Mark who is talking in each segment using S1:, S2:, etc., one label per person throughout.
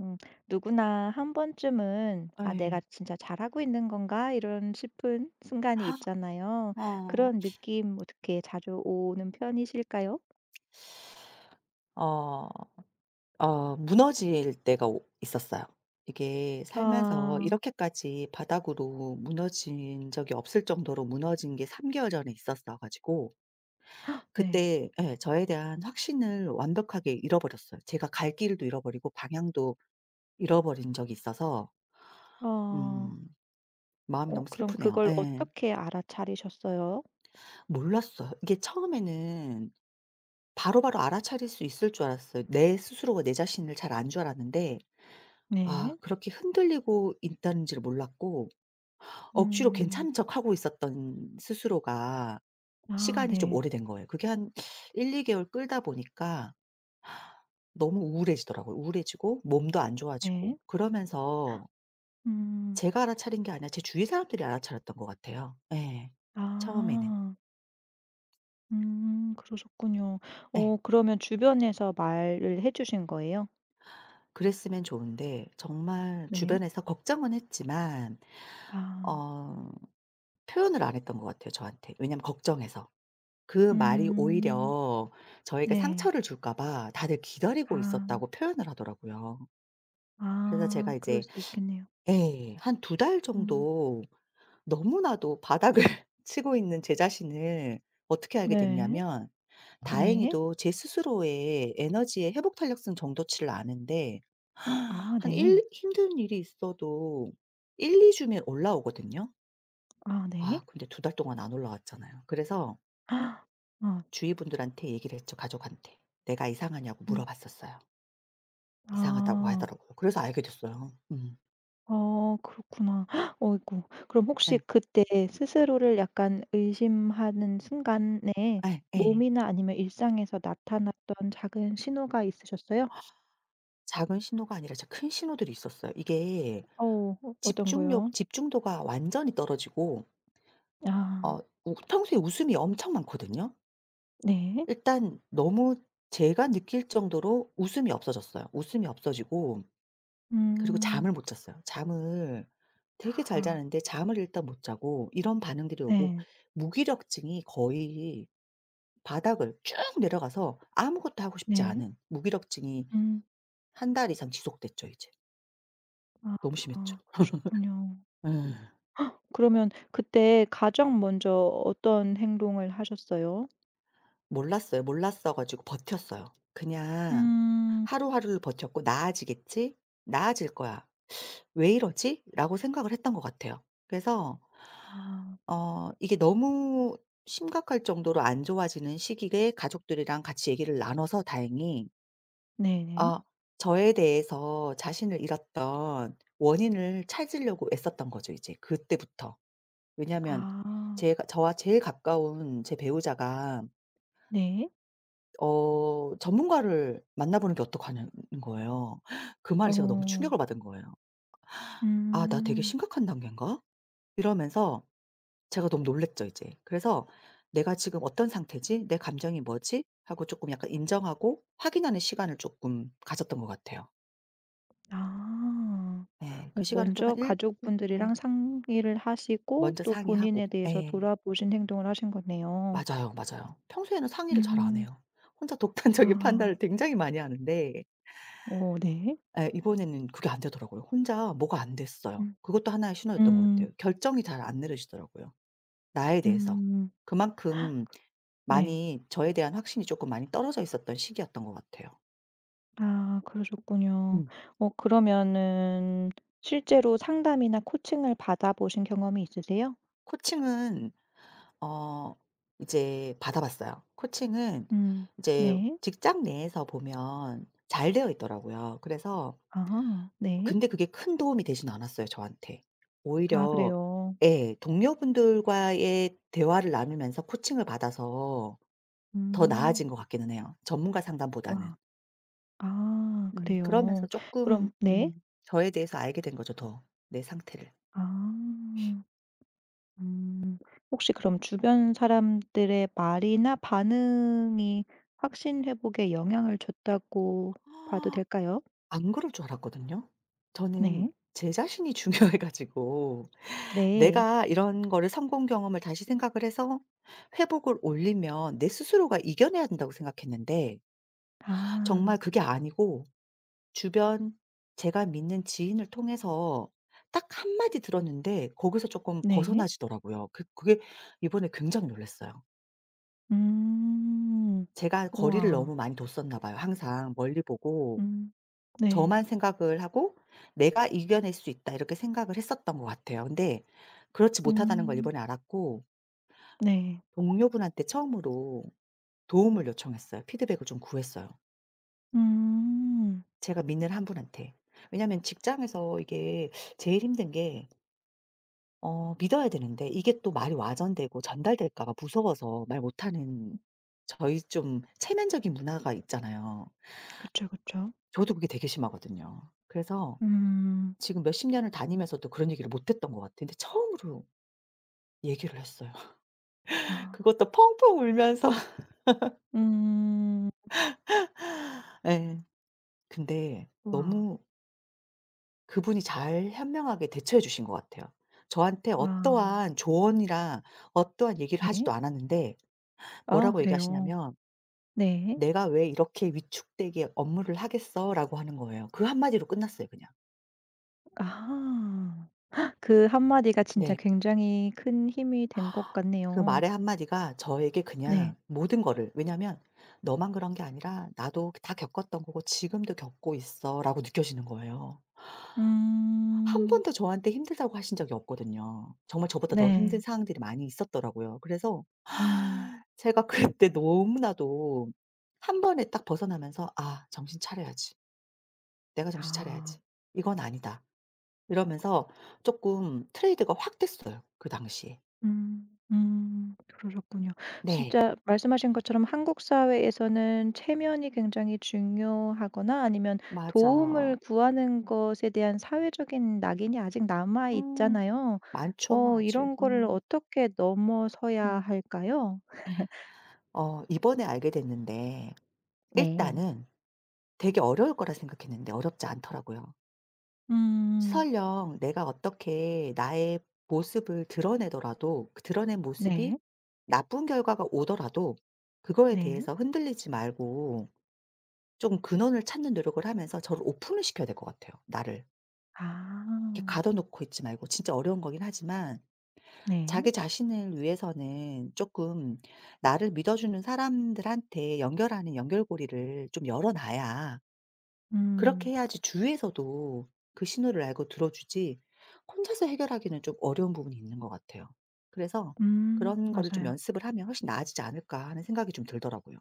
S1: 음, 누구나 한 번쯤은 '아, 내가
S2: 예.
S1: 진짜 잘하고 있는 건가?' 이런 싶은 순간이 있잖아요.
S2: 어.
S1: 그런 느낌 어떻게 자주 오는 편이실까요?
S2: 어 무너질 때가 오 있었어요. 이게 살면서
S1: 아
S2: 이렇게까지 바닥으로 무너진 적이 없을 정도로 무너진 게 3개월 개월 전에 있었어 가지고
S1: 네.
S2: 그때, 예, 저에 대한 확신을 완벽하게 잃어버렸어요. 제가 갈 길도 잃어버리고 방향도 잃어버린 적이 있어서
S1: 아.
S2: 음 마음이 너무
S1: 그럼
S2: 슬프네요.
S1: 그걸
S2: 예.
S1: 어떻게 알아차리셨어요?
S2: 몰랐어요. 이게 처음에는 바로바로 알아차릴 수 있을 줄 알았어요. 내 스스로가 내 자신을 잘 아는 줄 알았는데
S1: 네.
S2: 그렇게 흔들리고 있다는지를 몰랐고 억지로
S1: 음.
S2: 괜찮은 척하고 있었던 스스로가
S1: 아
S2: 시간이 좀
S1: 네.
S2: 오래된 거예요. 그게 한 1~2개월 개월 끌다 보니까 너무 우울해지더라고요. 우울해지고 몸도 안
S1: 네.
S2: 좋아지고 그러면서
S1: 음.
S2: 제가 알아차린 게 아니라 제 주위 사람들이 알아차렸던 것 같아요. 예. 처음에는.
S1: 아. 그러셨군요.
S2: 예.
S1: 그러면 주변에서 말을 해 주신 거예요?
S2: 그랬으면 좋은데, 정말
S1: 네.
S2: 주변에서 걱정은 했지만
S1: 아.
S2: 어 표현을 안 했던 것 같아요, 저한테. 왜냐면 걱정해서. 그 말이
S1: 음.
S2: 오히려 저에게
S1: 네.
S2: 상처를 줄까 봐 다들 기다리고
S1: 아.
S2: 있었다고 표현을 하더라고요. 그래서
S1: 아
S2: 제가
S1: 그럴
S2: 이제,
S1: 수 있겠네요.
S2: 예, 한 두 달
S1: 음
S2: 정도 너무나도 바닥을 치고 있는 제 자신을 어떻게 알게
S1: 네.
S2: 됐냐면,
S1: 네.
S2: 다행히도 제 스스로의 에너지의 회복 탄력성 정도치를 아는데
S1: 아
S2: 한
S1: 네.
S2: 일 힘든 일이 있어도 1~2주 주면 올라오거든요.
S1: 아 네.
S2: 근데 두 달 동안 안 올라왔잖아요. 그래서
S1: 아
S2: 주위 분들한테 얘기를 했죠, 가족한테. "내가 이상하냐."고
S1: 음.
S2: 물어봤었어요. 이상하다고
S1: 아.
S2: 하더라고요. 그래서 알게 됐어요. 음.
S1: 그렇구나. 헉, 어이구. 그럼 혹시
S2: 예.
S1: 그때 스스로를 약간 의심하는 순간에
S2: 예. 예.
S1: 몸이나 아니면 일상에서 나타났던 작은 신호가 있으셨어요?
S2: 작은 신호가 아니라 진짜 큰 신호들이 있었어요. 이게
S1: 어 어떤
S2: 집중력
S1: 거요?
S2: 집중도가 완전히 떨어지고
S1: 아
S2: 어 우 평소에 웃음이 엄청 많거든요.
S1: 네.
S2: 일단 너무 제가 느낄 정도로 웃음이 없어졌어요. 웃음이 없어지고 그리고
S1: 음.
S2: 잠을 못 잤어요. 잠을 되게 잘
S1: 아
S2: 자는데 잠을 일단 못 자고 이런 반응들이 오고
S1: 네.
S2: 무기력증이 거의 바닥을 쭉 내려가서 아무것도 하고 싶지
S1: 네.
S2: 않은 무기력증이
S1: 음.
S2: 한 달 이상 지속됐죠 이제.
S1: 아
S2: 너무 심했죠.
S1: 그러셨군요.
S2: 음.
S1: 그러면 그때 가장 먼저 어떤 행동을 하셨어요?
S2: 몰랐어요. 몰랐어 가지고 버텼어요. 그냥
S1: 음.
S2: 하루하루를 버텼고 '나아지겠지. 나아질 거야. 왜 이러지?'라고 생각을 했던 것 같아요. 그래서
S1: 아
S2: 이게 너무 심각할 정도로 안 좋아지는 시기에 가족들이랑 같이 얘기를 나눠서 다행히
S1: 네네.
S2: 아 저에 대해서 자신을 잃었던 원인을 찾으려고 애썼던 거죠 이제 그때부터. 왜냐하면
S1: 아
S2: 제가, 저와 제일 가까운 제 배우자가
S1: 네.
S2: 전문가를 만나보는 게 어떡하는 거예요. 그 말에 제가 너무
S1: 어.
S2: 충격을 받은 거예요. '아 나 되게
S1: 음.
S2: 심각한 단계인가?' 이러면서 제가 너무 놀랐죠 이제. 그래서 '내가 지금 어떤 상태지? 내 감정이 뭐지?' 하고 조금 약간 인정하고 확인하는 시간을 조금 가졌던 것 같아요.
S1: 아.
S2: 네, 그 시간을 좀 한
S1: 먼저
S2: 일 일 네.
S1: 가족분들이랑 상의를 하시고
S2: 먼저
S1: 또
S2: 상의하고.
S1: 본인에 대해서
S2: 예.
S1: 돌아보신 행동을 하신 거네요.
S2: 맞아요, 맞아요. 평소에는 상의를 잘 안
S1: 음.
S2: 해요. 혼자 독단적인
S1: 아.
S2: 판단을 굉장히 많이 하는데
S1: 어 네.
S2: 예, 이번에는 그게 안 되더라고요. 혼자 뭐가 안 됐어요.
S1: 음.
S2: 그것도 하나의 신호였던 것
S1: 음.
S2: 같아요. 결정이 잘 안 내려지더라고요, 나에 대해서.
S1: 음.
S2: 그만큼
S1: 네.
S2: 많이 저에 대한 확신이 쪼끔 많이 떨어져 있었던 시기였던 것 같아요.
S1: 아 그러셨군요.
S2: 음.
S1: 그러면은 실제로 상담이나 코칭을 받아보신 경험이 있으세요?
S2: 코칭은 어 이제 받아 봤어요. 코칭은
S1: 음.
S2: 이제
S1: 네.
S2: 직장 내에서 보면 잘 되어 있더라고요. 그래서
S1: 아 네.
S2: 근데 그게 큰 도움이 되진 않았어요 저한테.
S1: 아
S2: 오히려
S1: 그래요.
S2: 예 동료분들과의 대화를 나누면서 코칭을 받아서 더
S1: 음.
S2: 나아진 것 같기는 해요, 전문가 상담보다는.
S1: 와. 아
S2: 그러면서
S1: 그래요.
S2: 쪼끔
S1: 그럼 네.
S2: 저에 대해서 알게 된 거죠 더 내 상태를.
S1: 아. 음. 혹시 그럼 주변 사람들의 말이나 반응이 확신 회복에 영향을 줬다고 봐도 될까요?
S2: 안 그럴 줄 알았거든요. 저는
S1: 네.
S2: 제 자신이 중요해 가지고
S1: 네.
S2: 내가 이런 거를 성공 경험을 다시 생각을 해서 회복을 올리면 내 스스로가 이겨내야 된다고 생각했는데
S1: 아.
S2: 정말 그게 아니고 주변 제가 믿는 지인을 통해서 딱 한 마디 들었는데 거기서 쪼끔
S1: 네.
S2: 벗어나시더라고요. 그게 이번에 굉장히 놀랐어요.
S1: 음.
S2: 제가 거리를
S1: 우와.
S2: 너무 많이 뒀었나 봐요 항상 멀리 보고.
S1: 음. 네.
S2: 저만 생각을 하고 '내가 이겨낼 수 있다.' 이렇게 생각을 했었던 것 같아요. 근데 그렇지 못하다는 걸
S1: 음.
S2: 이번에 알았고
S1: 네.
S2: 동료분한테 처음으로 도움을 요청했어요. 피드백을 좀 구했어요,
S1: 음.
S2: 제가 믿는 한 분한테. 왜냐하면 직장에서 이게 제일 힘든 게 믿어야 되는데 이게 또 말이 와전되고 전달될까 봐 무서워서 말 못하는 저희 좀 체면적인 문화가 있잖아요.
S1: 그쵸, 그쵸.
S2: 저도 그게 되게 심하거든요. 그래서
S1: 음.
S2: 지금 몇십 년을 다니면서도 그런 얘기를 못 했던 것 같아요. 근데 처음으로 얘기를 했어요.
S1: 아.
S2: 그것도 펑펑 울면서
S1: 음.
S2: 예. 근데
S1: 우와.
S2: 너무 그분이 잘 현명하게 대처해 주신 것 같아요. 저한테
S1: 와.
S2: 어떠한 조언이랑 어떠한 얘기를 하지도
S1: 네.
S2: 않았는데
S1: 아
S2: 뭐라고
S1: 그래요?
S2: 얘기하시냐면
S1: 네.
S2: "내가 왜 이렇게 위축되게 업무를 하겠어?"라고 하는 거예요. 그 한마디로 끝났어요 그냥.
S1: 아. 그 한마디가 진짜
S2: 네.
S1: 굉장히 큰 힘이 된 것
S2: 그
S1: 같네요.
S2: 말의 한마디가 저에게 그냥
S1: 네.
S2: 모든 거를, 왜냐면 "너만 그런 게 아니라 나도 다 겪었던 거고 지금도 겪고 있어."라고 느껴지는 거예요. 한
S1: 음.
S2: 번도 저한테 힘들다고 하신 적이 없거든요. 정말 저보다 더 힘든
S1: 네.
S2: 상황들이 많이 있었더라고요. 그래서
S1: 음.
S2: 제가 그때 너무나도 한 번에 딱 벗어나면서 '아 정신 차려야지. 내가 정신
S1: 아.
S2: 차려야지. 이건 아니다.' 이러면서 쪼끔 트레이드가 확 됐어요 그 당시에.
S1: 음. 음. 그러셨군요.
S2: 네.
S1: 진짜 말씀하신 것처럼 한국 사회에서는 체면이 굉장히 중요하거나 아니면 도움을
S2: 맞아.
S1: 구하는 것에 대한 사회적인 낙인이 아직 남아
S2: 음.
S1: 있잖아요.
S2: 많죠 아직.
S1: 이런 거를
S2: 음.
S1: 어떻게 넘어서야
S2: 음.
S1: 할까요?
S2: 이번에 알게 됐는데
S1: 네.
S2: 일단은 되게 어려울 거라 생각했는데 어렵지 않더라고요.
S1: 음.
S2: 설령 내가 어떻게 나의 모습을 드러내더라도 그 드러낸 모습이
S1: 네.
S2: 나쁜 결과가 오더라도 그거에
S1: 네.
S2: 대해서 흔들리지 말고 좀 근원을 찾는 노력을 하면서 저를 오픈을 시켜야 될 것 같아요, 나를. 이렇게
S1: 아.
S2: 가둬 놓고 있지 말고, 진짜 어려운 거긴 하지만
S1: 네.
S2: 자기 자신을 위해서는 조금 나를 믿어주는 사람들한테 연결하는 연결고리를 좀 열어 놔야, 그렇게
S1: 음.
S2: 해야지 주위에서도 그 신호를 알고 들어주지, 혼자서 해결하기는 좀 어려운 부분이 있는 것 같아요. 그래서
S1: 음.
S2: 그런 거를 좀
S1: 맞아요.
S2: 연습을 하면 훨씬 나아지지 않을까 하는 생각이 좀 들더라고요.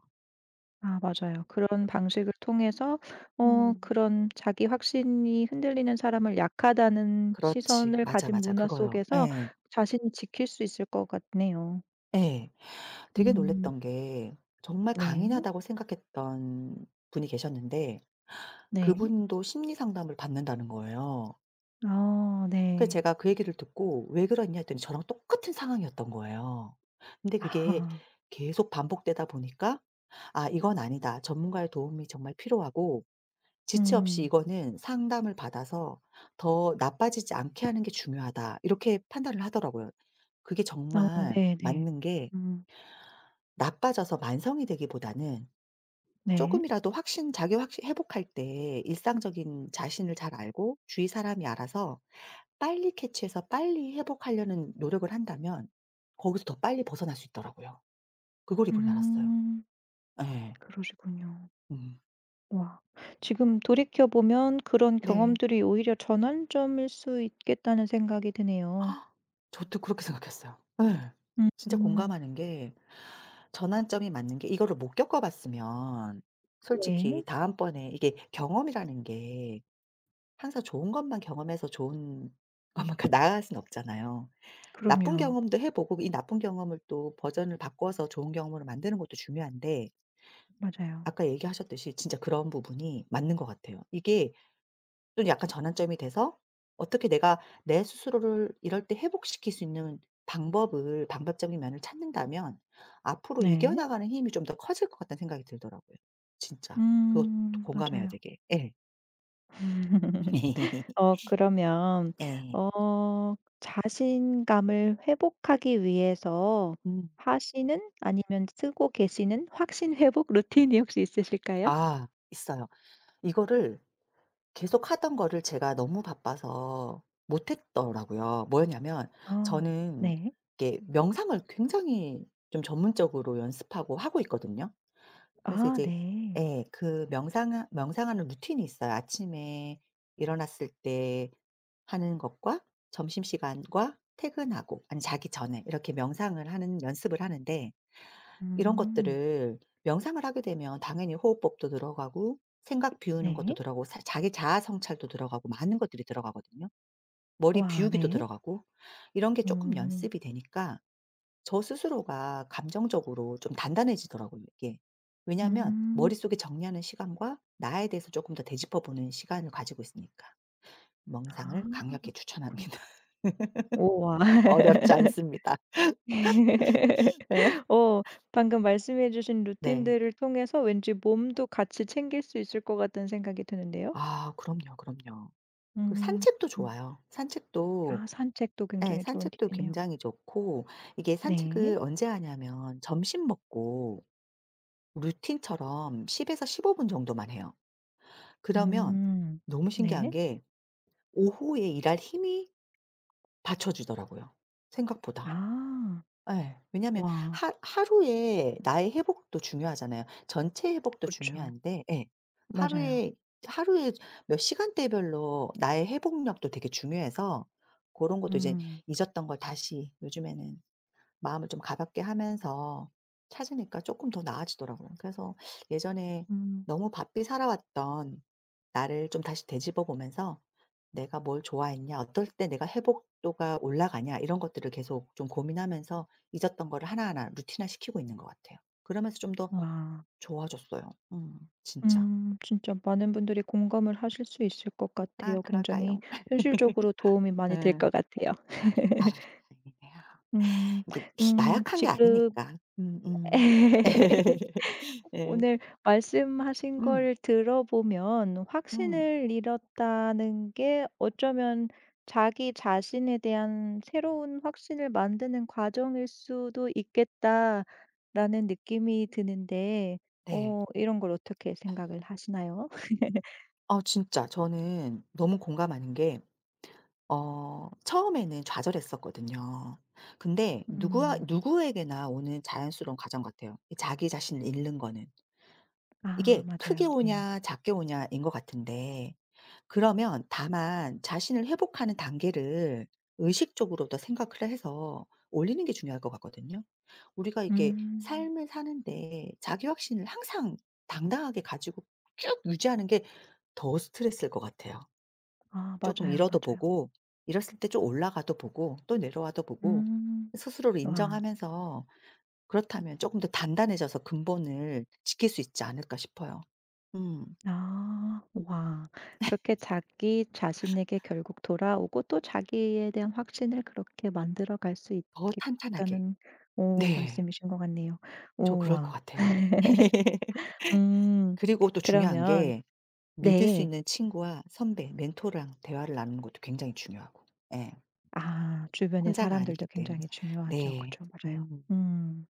S1: 아 맞아요. 그런 방식을 통해서
S2: 음.
S1: 그런 자기 확신이 흔들리는 사람을 약하다는
S2: 그렇지.
S1: 시선을
S2: 맞아,
S1: 가진
S2: 맞아.
S1: 문화
S2: 그거요.
S1: 속에서
S2: 예.
S1: 자신을 지킬 수 있을 것 같네요.
S2: 예. 되게
S1: 음
S2: 놀랐던 게 정말
S1: 네.
S2: 강인하다고 생각했던 분이 계셨는데
S1: 네.
S2: 그분도 심리 상담을 받는다는 거예요.
S1: 아
S2: 그래서
S1: 네.
S2: 제가 그 얘기를 듣고 "왜 그러냐?" 했더니 저랑 똑같은 상황이었던 거예요. 근데 그게
S1: 아
S2: 계속 반복되다 보니까 '아 이건 아니다. 전문가의 도움이 정말 필요하고 지체 없이
S1: 음.
S2: 이거는 상담을 받아서 더 나빠지지 않게 하는 게 중요하다.' 이렇게 판단을 하더라고요. 그게
S1: 어
S2: 정말
S1: 네네.
S2: 맞는 게
S1: 음
S2: 나빠져서 만성이 되기보다는 조금
S1: 네.
S2: 이라도 확신 자기 확신 회복할 때 일상적인 자신을 잘 알고 주위 사람이 알아서 빨리 캐치해서 빨리 회복하려는 노력을 한다면 거기서 더 빨리 벗어날 수 있더라고요. 그걸 이번에 알았어요.
S1: 음
S2: 예.
S1: 그러시군요.
S2: 음.
S1: 와. 지금 돌이켜 보면 그런
S2: 네.
S1: 경험들이 오히려 전환점일 수 있겠다는 생각이 드네요.
S2: 헉, 저도 그렇게 생각했어요. 예. 진짜
S1: 음
S2: 공감하는 게 전환점이 맞는 게, 이거를 못 겪어 봤으면 솔직히
S1: 네.
S2: 다음번에 이게 경험이라는 게 항상 좋은 것만 경험해서 좋은 것만 나아갈 수는 없잖아요. 나쁜
S1: 그럼요.
S2: 경험도 해 보고 이 나쁜 경험을 또 버전을 바꿔서 좋은 경험으로 만드는 것도 중요한데,
S1: 맞아요.
S2: 아까 얘기하셨듯이 진짜 그런 부분이 맞는 것 같아요. 이게 또 약간 전환점이 돼서 어떻게 내가 내 스스로를 이럴 때 회복시킬 수 있는 방법을, 방법적인 면을 찾는다면 앞으로
S1: 네.
S2: 이겨나가는 힘이 좀 더 커질 것 같다는 생각이 들더라고요. 진짜. 그것도 공감해요
S1: 맞아요.
S2: 되게. 예.
S1: 그러면
S2: 예.
S1: 어 자신감을 회복하기 위해서
S2: 음.
S1: 하시는 아니면 쓰고 계시는 확신 회복 루틴이 혹시 있으실까요?
S2: 아 있어요. 이거를 계속 하던 거를 제가 너무 바빠서 못 했더라고요. 뭐였냐면
S1: 어
S2: 저는 이
S1: 네.
S2: 게 명상을 굉장히 좀 전문적으로 연습하고 하고 있거든요. 그래서
S1: 아
S2: 이제
S1: 네.
S2: 예. 그 명상, 명상하는 루틴이 있어요. 아침에 일어났을 때 하는 것과 점심시간과 퇴근하고, 아니 자기 전에 이렇게 명상을 하는 연습을 하는데 이런
S1: 음
S2: 것들을, 명상을 하게 되면 당연히 호흡법도 들어가고 생각 비우는 것도
S1: 네.
S2: 들어가고 사 자기 자아 성찰도 들어가고 많은 것들이 들어가거든요. 머리
S1: 와
S2: 비우기도
S1: 네.
S2: 들어가고 이런 게 조금
S1: 음.
S2: 연습이 되니까 저 스스로가 감정적으로 좀 단단해지더라고요 이게. 왜냐하면
S1: 음.
S2: 머릿속에 정리하는 시간과 나에 대해서 조금 더 되짚어 보는 시간을 가지고 있으니까.
S1: 아
S2: 명상을 강력히
S1: 그렇군요.
S2: 추천합니다.
S1: 우와.
S2: 어렵지 않습니다. 네.
S1: 어 방금 말씀해 주신
S2: 네.
S1: 루틴들을 통해서 왠지 몸도 같이 챙길 수 있을 것 같다는 생각이 드는데요.
S2: 아 그럼요, 그럼요. 그
S1: 음.
S2: 산책도
S1: 음.
S2: 좋아요. 산책도
S1: 아 산책도
S2: 네,
S1: 굉장히 좋은
S2: 산책도
S1: 팁이네요.
S2: 굉장히 좋고 이게
S1: 네.
S2: 산책을 언제 하냐면 점심 먹고 루틴처럼 10 에서 15분 정도만 해요. 그러면
S1: 음.
S2: 너무 신기한
S1: 네.
S2: 게 오후에 일할 힘이 받쳐주더라고요, 생각보다.
S1: 아.
S2: 예. 왜냐하면
S1: 와.
S2: 하 하루에 나의 회복도 중요하잖아요. 전체 회복도
S1: 그렇죠.
S2: 중요한데, 예.
S1: 맞아요.
S2: 하루에, 하루에 몇 시간대별로 나의 회복력도 되게 중요해서 그런 것도 이제
S1: 음.
S2: 잊었던 걸 다시, 요즘에는 마음을 좀 가볍게 하면서 찾으니까 조금 더 나아지더라고요. 그래서 예전에
S1: 음.
S2: 너무 바삐 살아왔던 나를 좀 다시 되짚어 보면서 '내가 뭘 좋아했냐? 어떨 때 내가 회복도가 올라가냐?' 이런 것들을 계속 좀 고민하면서 잊었던 거를 하나하나 루틴화시키고 있는 것 같아요. 그러면서 좀 더
S1: 와.
S2: 좋아졌어요. 진짜.
S1: 진짜 많은 분들이 공감을 하실 수 있을 것
S2: 아
S1: 같아요.
S2: 그럴까요?
S1: 굉장히 현실적으로 도움이 많이 될
S2: 예.
S1: 것 같아요.
S2: 아 다행이네요.
S1: 음.
S2: 이게 나약한 게
S1: 지금
S2: 아니니까. 음음. 예.
S1: 오늘 말씀하신
S2: 음.
S1: 걸 들어보면
S2: 음.
S1: 확신을 잃었다는 게 어쩌면 자기 자신에 대한 새로운 확신을 만드는 과정일 수도 있겠다라는 느낌이 드는데
S2: 네.
S1: 이런 걸 어떻게 생각을 하시나요?
S2: 어 진짜 저는 너무 공감하는 게 처음에는 좌절했었거든요. 근데 누구
S1: 음.
S2: 누구에게나 오는 자연스러운 과정 같아요, 이 자기 자신을 잃는 거는.
S1: 아
S2: 이게
S1: 맞아요.
S2: 크게
S1: 네.
S2: 오냐 작게 오냐인 것 같은데 그러면 다만 자신을 회복하는 단계를 의식적으로도 생각을 해서 올리는 게 중요할 것 같거든요. 우리가 이게
S1: 음.
S2: 삶을 사는데 자기 확신을 항상 당당하게 가지고 쭉 유지하는 게 더 스트레스일 것 같아요.
S1: 아
S2: 조금
S1: 맞아요,
S2: 잃어도
S1: 맞아요.
S2: 보고 잃었을 때 좀 올라가도 보고 또 내려와도 보고
S1: 음.
S2: 스스로를
S1: 와.
S2: 인정하면서 그렇다면 조금 더 단단해져서 근본을 지킬 수 있지 않을까 싶어요. 음.
S1: 아. 와. 그렇게 자기 자신에게 결국 돌아오고 또 자기에 대한 확신을 그렇게 만들어갈 수
S2: 더 탄탄하게.
S1: 있겠다는 오
S2: 네.
S1: 말씀이신 것 같네요.
S2: 저
S1: 오
S2: 그럴 것
S1: 와
S2: 같아요.
S1: 음.
S2: 그리고 또 중요한
S1: 그러면
S2: 게 믿을 수
S1: 네.
S2: 있는 친구와 선배, 멘토랑 대화를 나누는 것도 굉장히 중요하고. 예.
S1: 아 주변의
S2: 혼자가 아니기
S1: 사람들도
S2: 때문에.
S1: 굉장히 중요하죠.
S2: 네.
S1: 그쵸. 맞아요.
S2: 음.
S1: 음.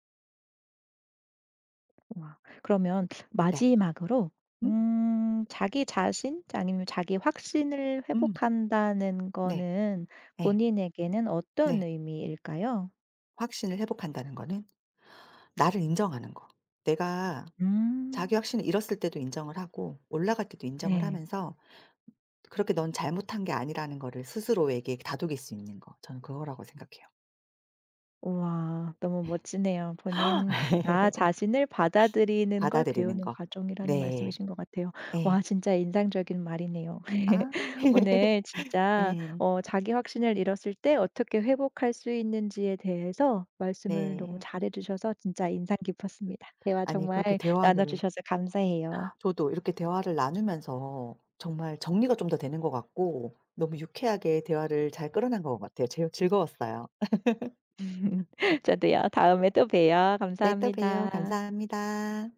S1: 와 그러면
S2: 네.
S1: 마지막으로
S2: 음.
S1: 자기 자신 아니면 자기 확신을
S2: 음.
S1: 회복한다는
S2: 네.
S1: 거는
S2: 예. 네.
S1: 본인에게는 어떤
S2: 네.
S1: 의미일까요?
S2: 확신을 회복한다는 거는 나를 인정하는 거. 내가 자기
S1: 음.
S2: 확신을 잃었을 때도 인정을 하고 올라갈 때도 인정을
S1: 네.
S2: 하면서 그렇게 '넌 잘못한 게 아니라는 거를 스스로에게 다독일 수 있는 거.' 저는 그거라고 생각해요.
S1: 우와 너무 멋지네요. 본인 나 자신을 받아들이는 걸
S2: 받아들이는
S1: 배우는
S2: 거.
S1: 과정이라는
S2: 네.
S1: 말씀이신 것 같아요.
S2: 예.
S1: 와 진짜 인상적인 말이네요.
S2: 아.
S1: 오늘 진짜
S2: 예.
S1: 자기 확신을 잃었을 때 어떻게 회복할 수 있는지에 대해서 말씀을 너무
S2: 네.
S1: 잘해 주셔서 진짜 인상 깊었습니다. 대화
S2: 아니
S1: 정말
S2: 그렇게
S1: 나눠
S2: 대화를,
S1: 주셔서 감사해요.
S2: 저도 이렇게 대화를 나누면서 정말 정리가 좀 더 되는 것 같고 너무 유쾌하게 대화를 잘 끌어낸 것 같아요. 제일 즐거웠어요.
S1: 저도요. 다음에 또 봬요.
S2: 네, 또 봬요.
S1: 감사합니다.
S2: 감사합니다.